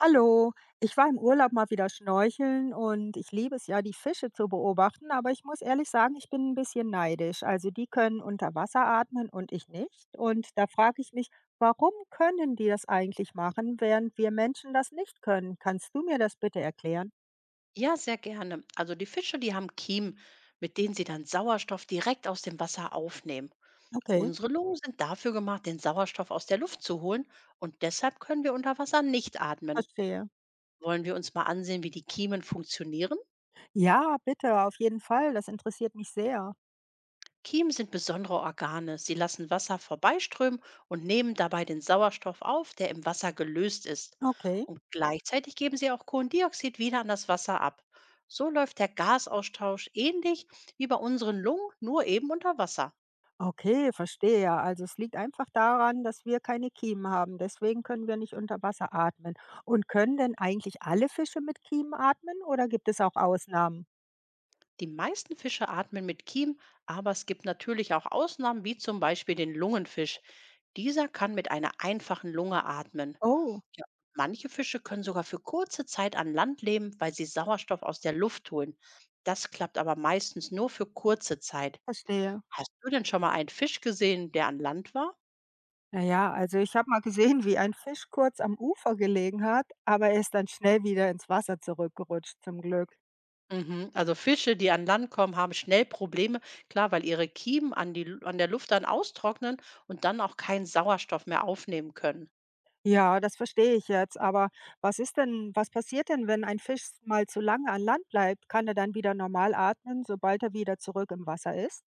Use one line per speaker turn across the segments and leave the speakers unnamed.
Hallo, ich war im Urlaub mal wieder schnorcheln und ich liebe es ja, die Fische zu beobachten, aber ich muss ehrlich sagen, ich bin ein bisschen neidisch. Also die können unter Wasser atmen und ich nicht. Und da frage ich mich, warum können die das eigentlich machen, während wir Menschen das nicht können? Kannst du mir das bitte erklären?
Ja, sehr gerne. Also die Fische, die haben Kiemen, mit denen sie dann Sauerstoff direkt aus dem Wasser aufnehmen.
Okay.
Unsere Lungen sind dafür gemacht, den Sauerstoff aus der Luft zu holen, und deshalb können wir unter Wasser nicht atmen.
Verstehe.
Wollen wir uns mal ansehen, wie die Kiemen funktionieren?
Ja, bitte, auf jeden Fall. Das interessiert mich sehr.
Kiemen sind besondere Organe. Sie lassen Wasser vorbeiströmen und nehmen dabei den Sauerstoff auf, der im Wasser gelöst ist.
Okay.
Und gleichzeitig geben sie auch Kohlendioxid wieder an das Wasser ab. So läuft der Gasaustausch ähnlich wie bei unseren Lungen, nur eben unter Wasser.
Okay, verstehe. Also es liegt einfach daran, dass wir keine Kiemen haben. Deswegen können wir nicht unter Wasser atmen. Und können denn eigentlich alle Fische mit Kiemen atmen oder gibt es auch Ausnahmen?
Die meisten Fische atmen mit Kiemen, aber es gibt natürlich auch Ausnahmen, wie zum Beispiel den Lungenfisch. Dieser kann mit einer einfachen Lunge atmen.
Oh,
Ja, manche Fische können sogar für kurze Zeit an Land leben, weil sie Sauerstoff aus der Luft holen. Das klappt aber meistens nur für kurze Zeit.
verstehe.
Hast du denn schon mal einen Fisch gesehen, der an Land war?
Naja, also ich habe mal gesehen, wie ein Fisch kurz am Ufer gelegen hat, aber er ist dann schnell wieder ins Wasser zurückgerutscht, zum Glück.
Mhm. Also Fische, die an Land kommen, haben schnell Probleme, klar, weil ihre Kiemen an, die, an der Luft dann austrocknen und dann auch keinen Sauerstoff mehr aufnehmen können.
Ja, das verstehe ich jetzt. Aber was passiert denn, wenn ein Fisch mal zu lange an Land bleibt? Kann er dann wieder normal atmen, sobald er wieder zurück im Wasser ist?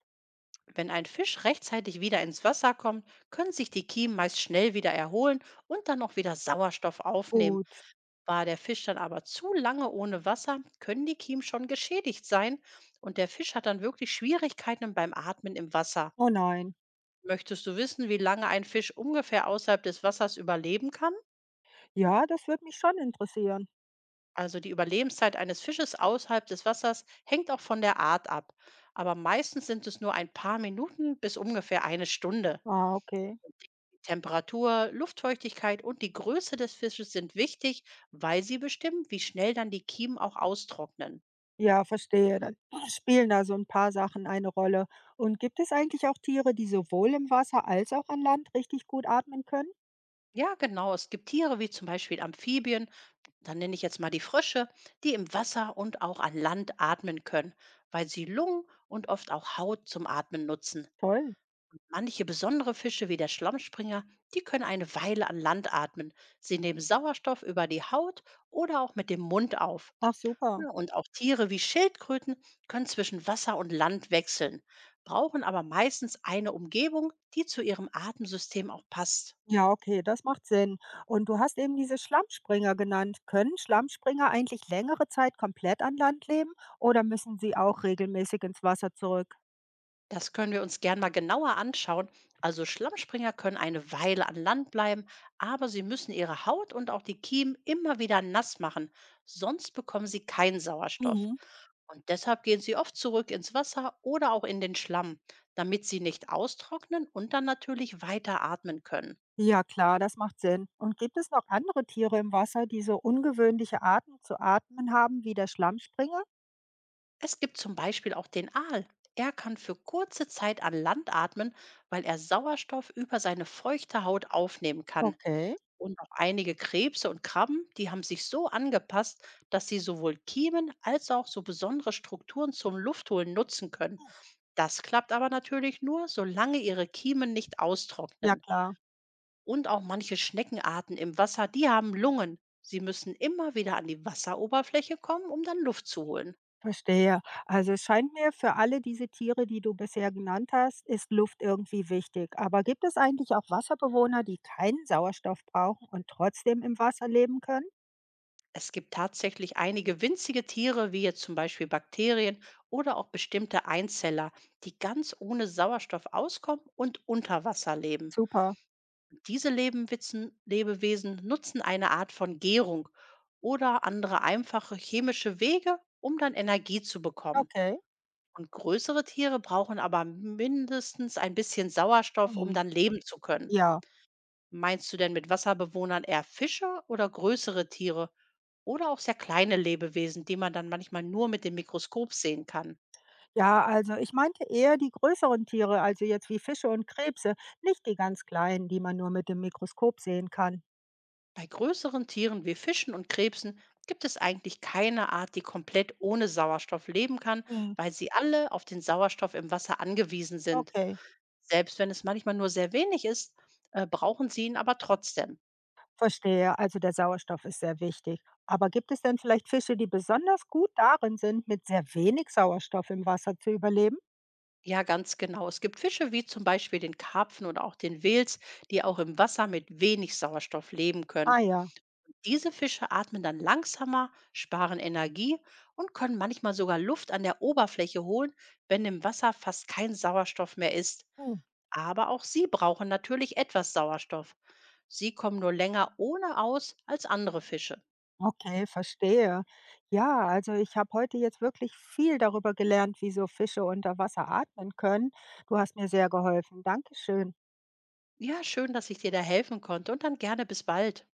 Wenn ein Fisch rechtzeitig wieder ins Wasser kommt, können sich die Kiemen meist schnell wieder erholen und dann auch wieder Sauerstoff aufnehmen.
Gut.
War der Fisch dann aber zu lange ohne Wasser, können die Kiemen schon geschädigt sein und der Fisch hat dann wirklich Schwierigkeiten beim Atmen im Wasser.
Oh nein.
Möchtest du wissen, wie lange ein Fisch ungefähr außerhalb des Wassers überleben kann?
Ja, das würde mich schon interessieren.
Also die Überlebenszeit eines Fisches außerhalb des Wassers hängt auch von der Art ab. Aber meistens sind es nur ein paar Minuten bis ungefähr eine Stunde.
Ah, okay.
Temperatur, Luftfeuchtigkeit und die Größe des Fisches sind wichtig, weil sie bestimmen, wie schnell dann die Kiemen auch austrocknen.
Ja, verstehe. Dann spielen da so ein paar Sachen eine Rolle. Und gibt es eigentlich auch Tiere, die sowohl im Wasser als auch an Land richtig gut atmen können?
Ja, genau. Es gibt Tiere wie zum Beispiel Amphibien, dann nenne ich jetzt mal die Frösche, die im Wasser und auch an Land atmen können, weil sie Lungen und oft auch Haut zum Atmen nutzen.
Toll.
Manche besondere Fische wie der Schlammspringer, die können eine Weile an Land atmen. Sie nehmen Sauerstoff über die Haut oder auch mit dem Mund auf.
Ach super.
Ja, und auch Tiere wie Schildkröten können zwischen Wasser und Land wechseln, brauchen aber meistens eine Umgebung, die zu ihrem Atemsystem auch passt.
Ja, okay, das macht Sinn. Und du hast eben diese Schlammspringer genannt. Können Schlammspringer eigentlich längere Zeit komplett an Land leben oder müssen sie auch regelmäßig ins Wasser zurück?
Das können wir uns gern mal genauer anschauen. Also Schlammspringer können eine Weile an Land bleiben, aber sie müssen ihre Haut und auch die Kiemen immer wieder nass machen, sonst bekommen sie keinen Sauerstoff.
Mhm.
Und deshalb gehen sie oft zurück ins Wasser oder auch in den Schlamm, damit sie nicht austrocknen und dann natürlich weiter atmen können.
Ja klar, das macht Sinn. Und gibt es noch andere Tiere im Wasser, die so ungewöhnliche Arten zu atmen haben wie der Schlammspringer?
Es gibt zum Beispiel auch den Aal. Er kann für kurze Zeit an Land atmen, weil er Sauerstoff über seine feuchte Haut aufnehmen kann.
Okay,
Und auch einige Krebse und Krabben, die haben sich so angepasst, dass sie sowohl Kiemen als auch so besondere Strukturen zum Luftholen nutzen können. Das klappt aber natürlich nur, solange ihre Kiemen nicht
ja
austrocknen.
klar,
Und auch manche Schneckenarten im Wasser, die haben Lungen. Sie müssen immer wieder an die Wasseroberfläche kommen, um dann Luft zu holen.
verstehe. Also es scheint mir, für alle diese Tiere, die du bisher genannt hast, ist Luft irgendwie wichtig. Aber gibt es eigentlich auch Wasserbewohner, die keinen Sauerstoff brauchen und trotzdem im Wasser leben können?
Es gibt tatsächlich einige winzige Tiere, wie jetzt zum Beispiel Bakterien oder auch bestimmte Einzeller, die ganz ohne Sauerstoff auskommen und unter Wasser leben.
Super,
Diese Lebewesen nutzen eine Art von Gärung oder andere einfache chemische Wege, um dann Energie zu bekommen.
okay.
Und größere Tiere brauchen aber mindestens ein bisschen Sauerstoff, um
Mhm.
dann leben zu können.
Ja,
Meinst du denn mit Wasserbewohnern eher Fische oder größere Tiere oder auch sehr kleine Lebewesen, die man dann manchmal nur mit dem Mikroskop sehen kann?
ja, also ich meinte eher die größeren Tiere, also jetzt wie Fische und Krebse, nicht die ganz kleinen, die man nur mit dem Mikroskop sehen kann.
Bei größeren Tieren wie Fischen und Krebsen gibt es eigentlich keine Art, die komplett ohne Sauerstoff leben kann,
Mhm.
weil sie alle auf den Sauerstoff im Wasser angewiesen sind.
Okay,
Selbst wenn es manchmal nur sehr wenig ist, brauchen sie ihn aber trotzdem.
verstehe. Also der Sauerstoff ist sehr wichtig. Aber gibt es denn vielleicht Fische, die besonders gut darin sind, mit sehr wenig Sauerstoff im Wasser zu überleben?
Ja, ganz genau. Es gibt Fische wie zum Beispiel den Karpfen oder auch den Wels, die auch im Wasser mit wenig Sauerstoff leben können.
Ah ja.
Diese Fische atmen dann langsamer, sparen Energie und können manchmal sogar Luft an der Oberfläche holen, wenn im Wasser fast kein Sauerstoff mehr ist.
Hm.
Aber auch sie brauchen natürlich etwas Sauerstoff. Sie kommen nur länger ohne aus als andere Fische.
Okay, verstehe. Ja, also ich habe heute jetzt wirklich viel darüber gelernt, wieso Fische unter Wasser atmen können. Du hast mir sehr geholfen. Dankeschön.
Ja, schön, dass ich dir da helfen konnte, und dann gerne bis bald.